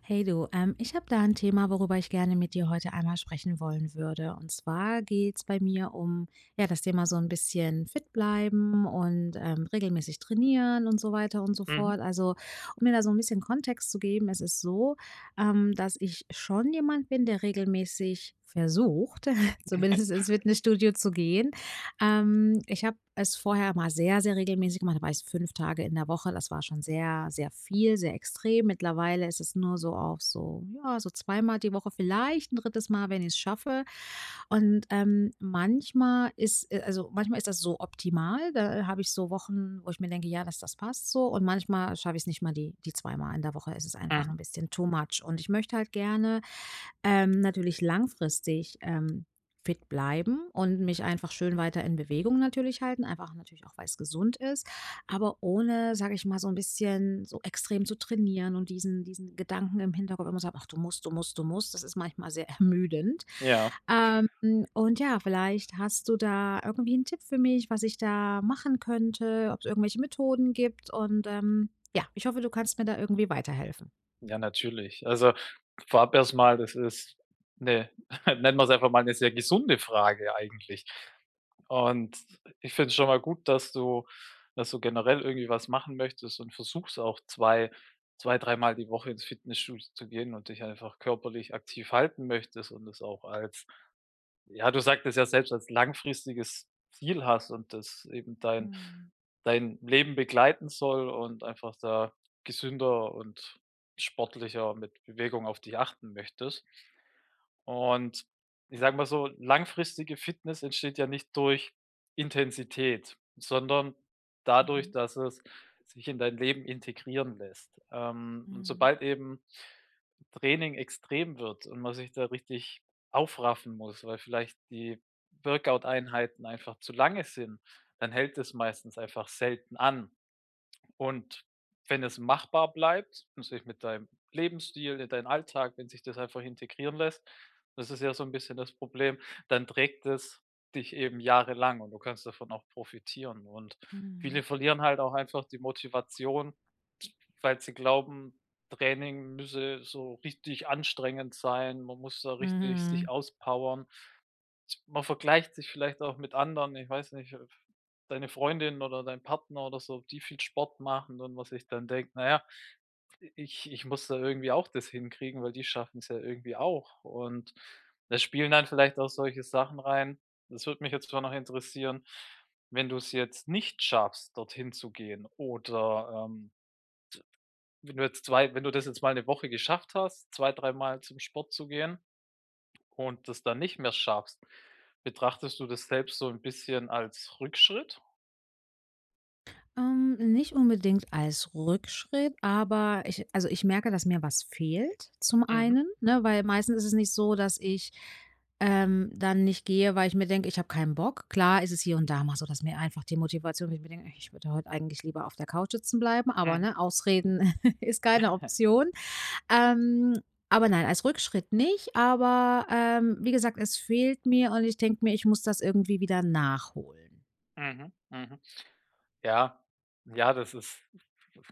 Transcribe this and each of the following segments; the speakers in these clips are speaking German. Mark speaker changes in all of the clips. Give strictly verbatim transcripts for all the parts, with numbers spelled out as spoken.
Speaker 1: Hey du, ähm, ich habe da ein Thema, worüber ich gerne mit dir heute einmal sprechen wollen würde. Und zwar geht's bei mir um ja das Thema so ein bisschen fit bleiben und ähm, regelmäßig trainieren und so weiter und so
Speaker 2: Mhm,
Speaker 1: fort. Also um mir da so ein bisschen Kontext zu geben, es ist so, ähm, dass ich schon jemand bin, der regelmäßig versucht, zumindest ins Fitnessstudio zu gehen. Ähm, ich habe es vorher mal sehr, sehr regelmäßig gemacht. Da war ich fünf Tage in der Woche. Das war schon sehr, sehr viel, sehr extrem. Mittlerweile ist es nur so auf so, ja, so zweimal die Woche, vielleicht ein drittes Mal, wenn ich es schaffe. Und, ähm, manchmal ist äh, also, manchmal ist das so optimal. Da habe ich so Wochen, wo ich mir denke: „Ja, dass das passt so." Und manchmal schaffe ich's nicht mal die die zweimal in der Woche. Es ist einfach
Speaker 2: mhm.
Speaker 1: ein bisschen too much. Und ich möchte halt gerne ähm, natürlich langfristig, ähm, fit bleiben und mich einfach schön weiter in Bewegung natürlich halten, einfach natürlich auch, weil es gesund ist, aber ohne, sage ich mal, so ein bisschen so extrem zu trainieren und diesen diesen Gedanken im Hinterkopf immer zu haben: „Ach, du musst, du musst, du musst." Das ist manchmal sehr ermüdend.
Speaker 2: Ja,
Speaker 1: Ähm, und ja, vielleicht hast du da irgendwie einen Tipp für mich, was ich da machen könnte, ob es irgendwelche Methoden gibt und, ähm, ja, ich hoffe, du kannst mir da irgendwie weiterhelfen.
Speaker 2: ja, natürlich. Also, vorab erstmal, das ist 'ne nennen wir es einfach mal eine sehr gesunde Frage eigentlich. Und ich finde es schon mal gut, dass du dass du generell irgendwie was machen möchtest und versuchst auch zwei zwei dreimal die Woche ins Fitnessstudio zu gehen und dich einfach körperlich aktiv halten möchtest und es auch als ja, du sagtest ja selbst, als langfristiges Ziel hast und das eben dein
Speaker 1: Mhm.
Speaker 2: dein Leben begleiten soll und einfach da gesünder und sportlicher mit Bewegung auf dich achten möchtest. Und ich sage mal so, langfristige Fitness entsteht ja nicht durch Intensität, sondern dadurch,
Speaker 1: Mhm.
Speaker 2: dass es sich in dein Leben integrieren lässt. Ähm, und
Speaker 1: Mhm.
Speaker 2: sobald eben Training extrem wird und man sich da richtig aufraffen muss, weil vielleicht die Workout-Einheiten einfach zu lange sind, dann hält es meistens einfach selten an. Und wenn es machbar bleibt, natürlich mit deinem Lebensstil, in deinen Alltag, wenn sich das einfach integrieren lässt, das ist ja so ein bisschen das Problem, dann trägt es dich eben jahrelang und du kannst davon auch profitieren. Und
Speaker 1: Mhm.
Speaker 2: viele verlieren halt auch einfach die Motivation, weil sie glauben, Training müsse so richtig anstrengend sein, man muss da richtig sich
Speaker 1: Mhm.
Speaker 2: auspowern. Man vergleicht sich vielleicht auch mit anderen, ich weiß nicht, äh, deine Freundin oder dein Partner oder so, ob die viel Sport machen und was ich dann denkt: „Naja, ich ich muss da irgendwie auch das hinkriegen, weil die schaffen es ja irgendwie auch.“ Und da spielen dann vielleicht auch solche Sachen rein. Das würde mich jetzt zwar noch interessieren, wenn du es jetzt nicht schaffst, dorthin zu gehen oder, ähm, wenn du jetzt zwei wenn du das jetzt mal eine Woche geschafft hast, zwei dreimal zum Sport zu gehen und das dann nicht mehr schaffst, betrachtest du das selbst so ein bisschen als Rückschritt?
Speaker 1: Ähm, nicht unbedingt als Rückschritt, aber ich also, ich merke, dass mir was fehlt zum
Speaker 2: Mhm,
Speaker 1: einen, ne, weil meistens ist es nicht so, dass ich, ähm, dann nicht gehe, weil ich mir denke, ich habe keinen Bock. Klar ist es hier und da mal so, dass mir einfach die Motivation ich mir denke: „Ich würde heute eigentlich lieber auf der Couch sitzen bleiben", aber,
Speaker 2: mhm,
Speaker 1: ne, Ausreden ist keine Option. Ähm, aber nein, als Rückschritt nicht, aber, ähm, wie gesagt, es fehlt mir und ich denke mir, ich muss das irgendwie wieder nachholen.
Speaker 2: mhm, mhm. Ja, ja, das ist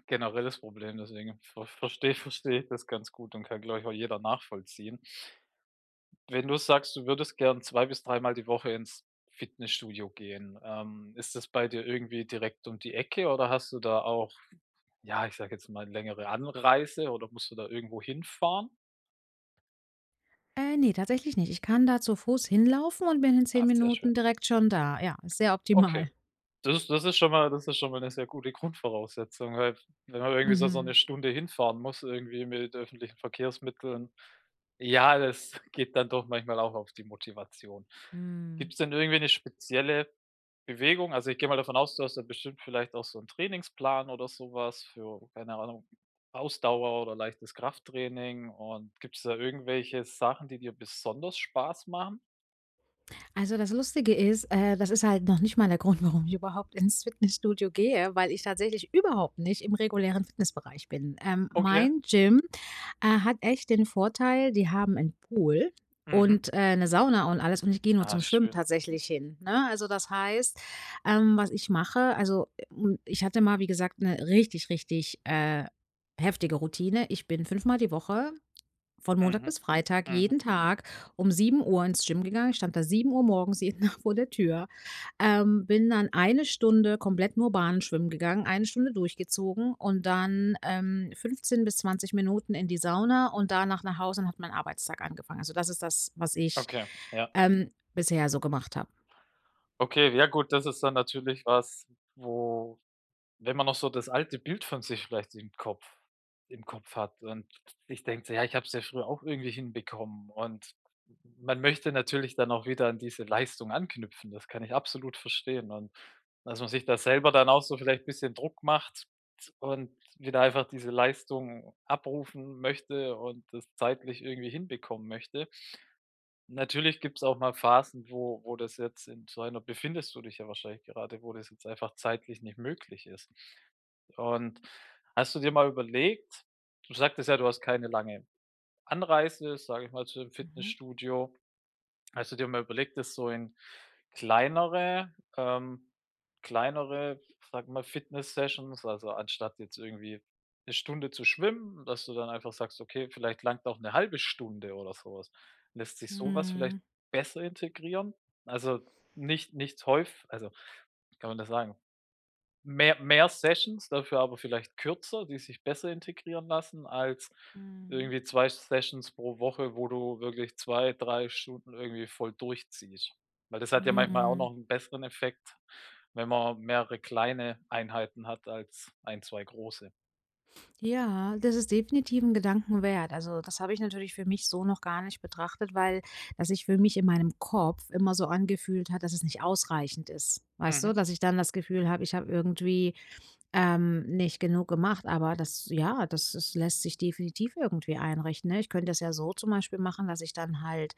Speaker 2: generelles Problem, deswegen ver verstehe verstehe ich das ganz gut und kann, glaube ich, auch jeder nachvollziehen. Wenn du sagst, du würdest gern zwei bis dreimal die Woche ins Fitnessstudio gehen, ähm, ist das bei dir irgendwie direkt um die Ecke oder hast du da auch, ja, ich sage jetzt mal, längere Anreise oder musst du da irgendwo hinfahren?
Speaker 1: Äh, ne, tatsächlich nicht. Ich kann da zu Fuß hinlaufen und bin in
Speaker 2: Ah,
Speaker 1: zehn
Speaker 2: sehr schön.
Speaker 1: Minuten direkt schon da. Ja, ist sehr
Speaker 2: Okay.
Speaker 1: optimal.
Speaker 2: Das ist das ist schon mal das ist schon mal 'ne sehr gute Grundvoraussetzung, weil wenn man irgendwie so so
Speaker 1: Mhm.
Speaker 2: 'ne Stunde hinfahren muss irgendwie mit öffentlichen Verkehrsmitteln, ja, das geht dann doch manchmal auch auf die Motivation.
Speaker 1: Mhm.
Speaker 2: Gibt es denn irgendwie eine spezielle Bewegung? Also, ich gehe mal davon aus, du hast ja bestimmt vielleicht auch so einen Trainingsplan oder sowas für, keine Ahnung, Ausdauer oder leichtes Krafttraining und gibt es da irgendwelche Sachen, die dir besonders Spaß machen?
Speaker 1: Also, das Lustige ist, äh, das ist halt noch nicht mal der Grund, warum ich überhaupt ins Fitnessstudio gehe, weil ich tatsächlich überhaupt nicht im regulären Fitnessbereich bin. Ähm,
Speaker 2: Okay.
Speaker 1: mein Gym, äh, hat echt den Vorteil, die haben einen Pool
Speaker 2: Mhm.
Speaker 1: und, äh, 'ne Sauna und alles und ich gehe nur
Speaker 2: Ah,
Speaker 1: zum Schwimmen
Speaker 2: schön.
Speaker 1: tatsächlich hin, ne? Also, das heißt, ähm, was ich mache also, hm, ich hatte mal, wie gesagt, eine richtig, richtig, äh, heftige Routine. Ich bin fünfmal die Woche von Montag
Speaker 2: Mhm,
Speaker 1: bis Freitag
Speaker 2: mhm.
Speaker 1: jeden Tag um sieben Uhr ins Gym gegangen. Ich stand da sieben Uhr morgens jeden Tag vor der Tür. Ähm, bin dann eine Stunde komplett nur Bahnen schwimmen gegangen, eine Stunde durchgezogen und dann, ähm, fünfzehn bis zwanzig Minuten in die Sauna und danach nach Hause und hat mein Arbeitstag angefangen. Also, das ist das, was ich,
Speaker 2: Okay, ja.
Speaker 1: ähm, bisher so gemacht habe.
Speaker 2: Okay, ja gut, das ist dann natürlich was, wo wenn man noch so das alte Bild von sich vielleicht im Kopf im Kopf hat und sich denkt so: „Ja, ich habe es ja früher auch irgendwie hinbekommen“, und man möchte natürlich dann auch wieder an diese Leistung anknüpfen. Das kann ich absolut verstehen, und dass man sich da selber dann auch so vielleicht ein bisschen Druck macht und wieder einfach diese Leistung abrufen möchte und das zeitlich irgendwie hinbekommen möchte. Natürlich gibt's auch mal Phasen, wo wo das jetzt in so einer befindest du dich ja wahrscheinlich gerade, wo das jetzt einfach zeitlich nicht möglich ist. Und hast du dir mal überlegt, du sagtest ja, du hast keine lange Anreise, sage ich mal, zu dem
Speaker 1: Mhm.
Speaker 2: Fitnessstudio. Hast du dir mal überlegt, das so in kleinere ähm, kleinere, sag mal Fitness-Sessions, also anstatt jetzt irgendwie eine Stunde zu schwimmen, dass du dann einfach sagst: „Okay, vielleicht langt auch eine halbe Stunde“ oder sowas. Lässt sich sowas vielleicht
Speaker 1: Mhm.
Speaker 2: besser integrieren? Also, nicht nicht häufig. Also, wie kann man das sagen? Mehr mehr Sessions, dafür aber vielleicht kürzer, die sich besser integrieren lassen als
Speaker 1: Mhm.
Speaker 2: irgendwie zwei Sessions pro Woche, wo du wirklich zwei drei Stunden irgendwie voll durchziehst. Weil das hat ja manchmal auch
Speaker 1: Mhm.
Speaker 2: noch einen besseren Effekt, wenn man mehrere kleine Einheiten hat als ein zwei große.
Speaker 1: Ja, das ist definitiv ein Gedanken wert. Also, das habe ich natürlich für mich so noch gar nicht betrachtet, weil das sich für mich in meinem Kopf immer so angefühlt hat, dass es nicht ausreichend ist. Weißt
Speaker 2: Mhm,
Speaker 1: du, dass ich dann das Gefühl habe, ich habe irgendwie, ähm, nicht genug gemacht, aber das ja, das das lässt sich definitiv irgendwie einrichten, ne? Ich könnte das ja so zum Beispiel machen, dass ich dann halt,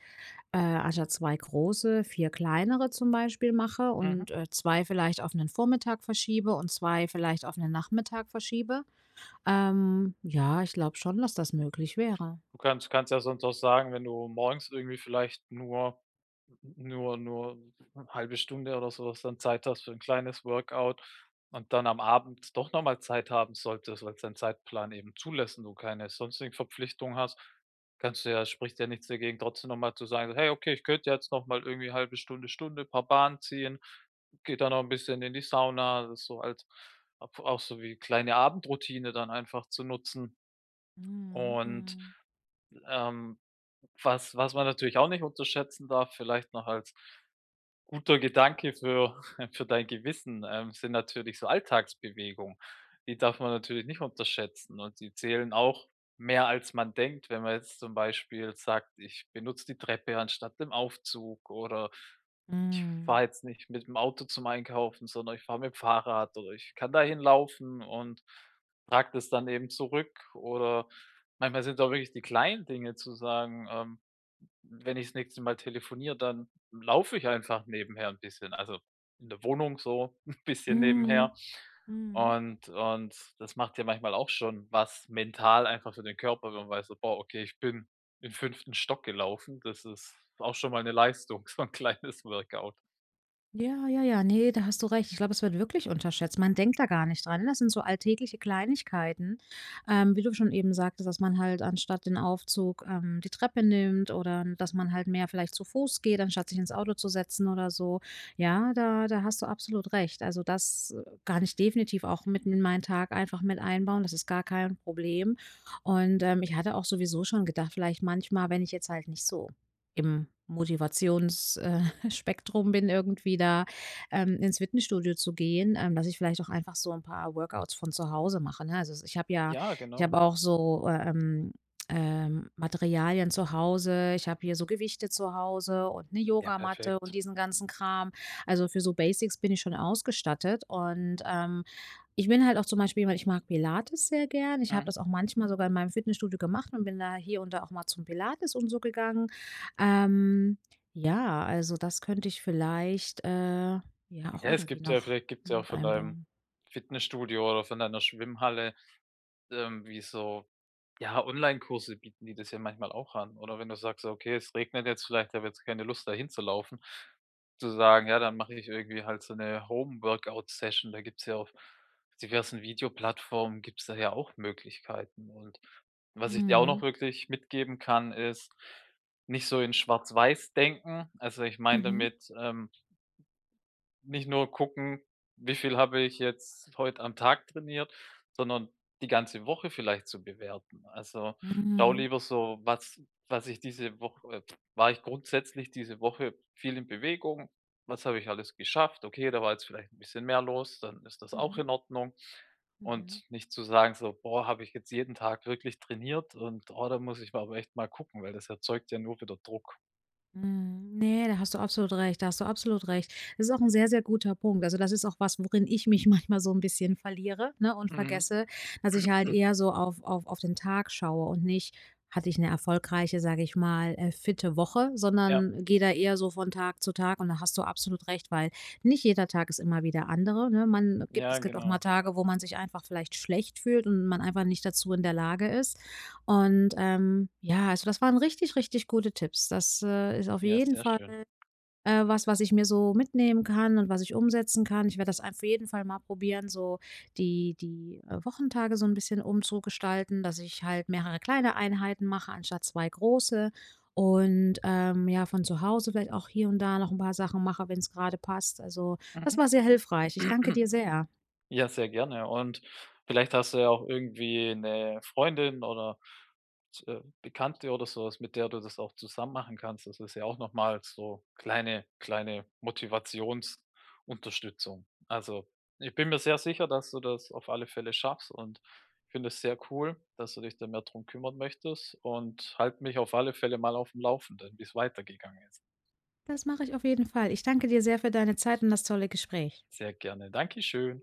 Speaker 1: äh, anstatt zwei große, vier kleinere zum Beispiel mache
Speaker 2: mhm.
Speaker 1: und, äh, zwei vielleicht auf 'nen Vormittag verschiebe und zwei vielleicht auf 'nen Nachmittag verschiebe. Ähm, ja, ich glaube schon, dass das möglich wäre.
Speaker 2: Du kannst kannst ja sonst auch sagen, wenn du morgens irgendwie vielleicht nur nur nur 'ne halbe Stunde oder sowas dann Zeit hast für ein kleines Workout und dann am Abend doch noch mal Zeit haben solltest, weil's dein Zeitplan eben zulässt und du keine sonstigen Verpflichtungen hast, kannst du ja spricht ja nichts dagegen, trotzdem noch mal zu sagen: so, „Hey, okay, ich könnte jetzt noch mal irgendwie halbe Stunde, Stunde, paar Bahnen ziehen, geht dann noch ein bisschen in die Sauna.“ Das so als auch so wie kleine Abendroutine dann einfach zu nutzen.
Speaker 1: Mhm,
Speaker 2: Und,
Speaker 1: mhm,
Speaker 2: ähm was was man natürlich auch nicht unterschätzen darf, vielleicht noch als guter Gedanke für für dein Gewissen, ähm, sind natürlich so Alltagsbewegungen. Die darf man natürlich nicht unterschätzen und die zählen auch mehr, als man denkt, wenn man jetzt zum Beispiel sagt: „Ich benutze die Treppe anstatt dem Aufzug“ oder
Speaker 1: mhm,
Speaker 2: „fahre jetzt nicht mit dem Auto zum Einkaufen, sondern ich fahre mit dem Fahrrad“ oder „ich kann dahin laufen und trage das dann eben zurück“, oder manchmal sind auch wirklich die kleinen Dinge zu sagen, ähm wenn ich das nächste Mal telefoniere, dann laufe ich einfach nebenher ein bisschen, also in der Wohnung so ein bisschen
Speaker 1: mhm,
Speaker 2: nebenher.
Speaker 1: mhm.
Speaker 2: Und und das macht ja manchmal auch schon was mental einfach für den Körper, wenn man weiß so: „Boah, okay, ich bin im fünften Stock gelaufen.“ Das ist auch schon mal eine Leistung, so ein kleines Workout.
Speaker 1: Ja, ja, ja. Ne, da hast du recht. Ich glaube, es wird wirklich unterschätzt. Man denkt da gar nicht dran. Das sind so alltägliche Kleinigkeiten, ähm, wie du schon eben sagtest, dass man halt anstatt den Aufzug ähm, die Treppe nimmt oder dass man halt mehr vielleicht zu Fuß geht, anstatt sich ins Auto zu setzen oder so. Ja, da, da hast du absolut recht. Also das äh, kann ich definitiv auch mitten in meinen Tag einfach mit einbauen. Das ist gar kein Problem. Und ähm, ich hatte auch sowieso schon gedacht, vielleicht manchmal, wenn ich jetzt halt nicht so im Motivations, äh, Spektrum bin, irgendwie da, ähm, ins Fitnessstudio zu gehen, ähm, dass ich vielleicht auch einfach so ein paar Workouts von zu Hause mache, ne? Also, ich habe ja
Speaker 2: Ja,
Speaker 1: ich
Speaker 2: genau.
Speaker 1: habe auch so, äh, ähm, ähm, Materialien zu Hause. Ich habe hier so Gewichte zu Hause und eine
Speaker 2: Ja,
Speaker 1: Yogamatte und
Speaker 2: perfekt.
Speaker 1: diesen ganzen Kram. Also, für so Basics bin ich schon ausgestattet und, ähm, ich bin halt auch zum Beispiel jemand ich mag Pilates sehr gern. Ich habe
Speaker 2: Mhm.
Speaker 1: das auch manchmal sogar in meinem Fitnessstudio gemacht und bin da hier und da auch mal zum Pilates und so gegangen. Ähm ja, also das könnte ich vielleicht, äh, ja auch
Speaker 2: Ja, es
Speaker 1: irgendwie
Speaker 2: gibt ja
Speaker 1: noch,
Speaker 2: vielleicht gibt's
Speaker 1: ne,
Speaker 2: ja auch
Speaker 1: mit
Speaker 2: von deinem
Speaker 1: einbauen.
Speaker 2: Fitnessstudio oder von deiner Schwimmhalle, ähm, wie so ja, Online Kurse bieten die das ja manchmal auch an. Oder wenn du sagst: „Okay, es regnet jetzt vielleicht, ich habe jetzt keine Lust, da hinzulaufen“, zu sagen: „Ja, dann mache ich irgendwie halt so eine Home-Workout-Session.“ Da gibt's ja auf diversen Videoplattformen gibt's da ja auch Möglichkeiten. Und was ich dir auch noch
Speaker 1: Mhm.
Speaker 2: wirklich mitgeben kann, ist, nicht so in Schwarz-Weiß denken. Also, ich meine
Speaker 1: Mhm.
Speaker 2: damit, ähm nicht nur gucken, wie viel habe ich jetzt heute am Tag trainiert, sondern die ganze Woche vielleicht zu bewerten. Also, schau
Speaker 1: Mhm.
Speaker 2: lieber so, was was ich diese Woche äh, war ich grundsätzlich diese Woche viel in Bewegung? Was habe ich alles geschafft? Okay, da war jetzt vielleicht ein bisschen mehr los, dann ist das
Speaker 1: Mhm.
Speaker 2: auch
Speaker 1: Mhm.
Speaker 2: in Ordnung.
Speaker 1: Mhm.
Speaker 2: Und nicht zu sagen so: „Boah, habe ich jetzt jeden Tag wirklich trainiert und, oh, da muss ich mal aber echt mal gucken“, weil das erzeugt ja nur wieder Druck.
Speaker 1: Mhm. Ne, da hast du absolut recht, da hast du absolut recht. Das ist auch ein sehr, sehr guter Punkt. Also, das ist auch was, worin ich mich manchmal so ein bisschen verliere, ne, und
Speaker 2: Mhm.
Speaker 1: vergesse, dass ich halt eher so auf auf auf den Tag schaue und nicht: „Hatte ich eine erfolgreiche, sage ich mal, äh, fitte Woche",
Speaker 2: Ja,
Speaker 1: sondern gehe da eher so von Tag zu Tag und da hast du absolut recht, weil nicht jeder Tag ist immer wieder andere, ne? Man gibt
Speaker 2: ja,
Speaker 1: es gibt auch mal
Speaker 2: genau.
Speaker 1: Tage, wo man sich einfach vielleicht schlecht fühlt und man einfach nicht dazu in der Lage ist. Und, ähm, ja, also das waren richtig, richtig gute Tipps. Das, äh, ist auf
Speaker 2: Ja,
Speaker 1: jeden
Speaker 2: sehr
Speaker 1: Fall,
Speaker 2: schön.
Speaker 1: äh, was, was ich mir so mitnehmen kann und was ich umsetzen kann. Ich werde das auf jeden Fall mal probieren, so die die, äh, Wochentage so ein bisschen umzugestalten, dass ich halt mehrere kleine Einheiten mache anstatt zwei große und, ähm, ja, von zu Hause vielleicht auch hier und da noch ein paar Sachen mache, wenn es gerade passt. Also, das
Speaker 2: Mhm.
Speaker 1: war sehr hilfreich. Ich danke dir sehr.
Speaker 2: Ja, sehr gerne. Und vielleicht hast du ja auch irgendwie eine Freundin oder äh, Bekannte oder so was, mit der du das auch zusammen machen kannst. Das ist ja auch nochmal so kleine kleine Motivationsunterstützung. Also, ich bin mir sehr sicher, dass du das auf alle Fälle schaffst, und ich finde es sehr cool, dass du dich da mehr drum kümmern möchtest, und halte mich auf alle Fälle mal auf dem Laufenden, wie es weitergegangen ist.
Speaker 1: Das mache ich auf jeden Fall. Ich danke dir sehr für deine Zeit und das tolle Gespräch.
Speaker 2: Sehr gerne. Dankeschön.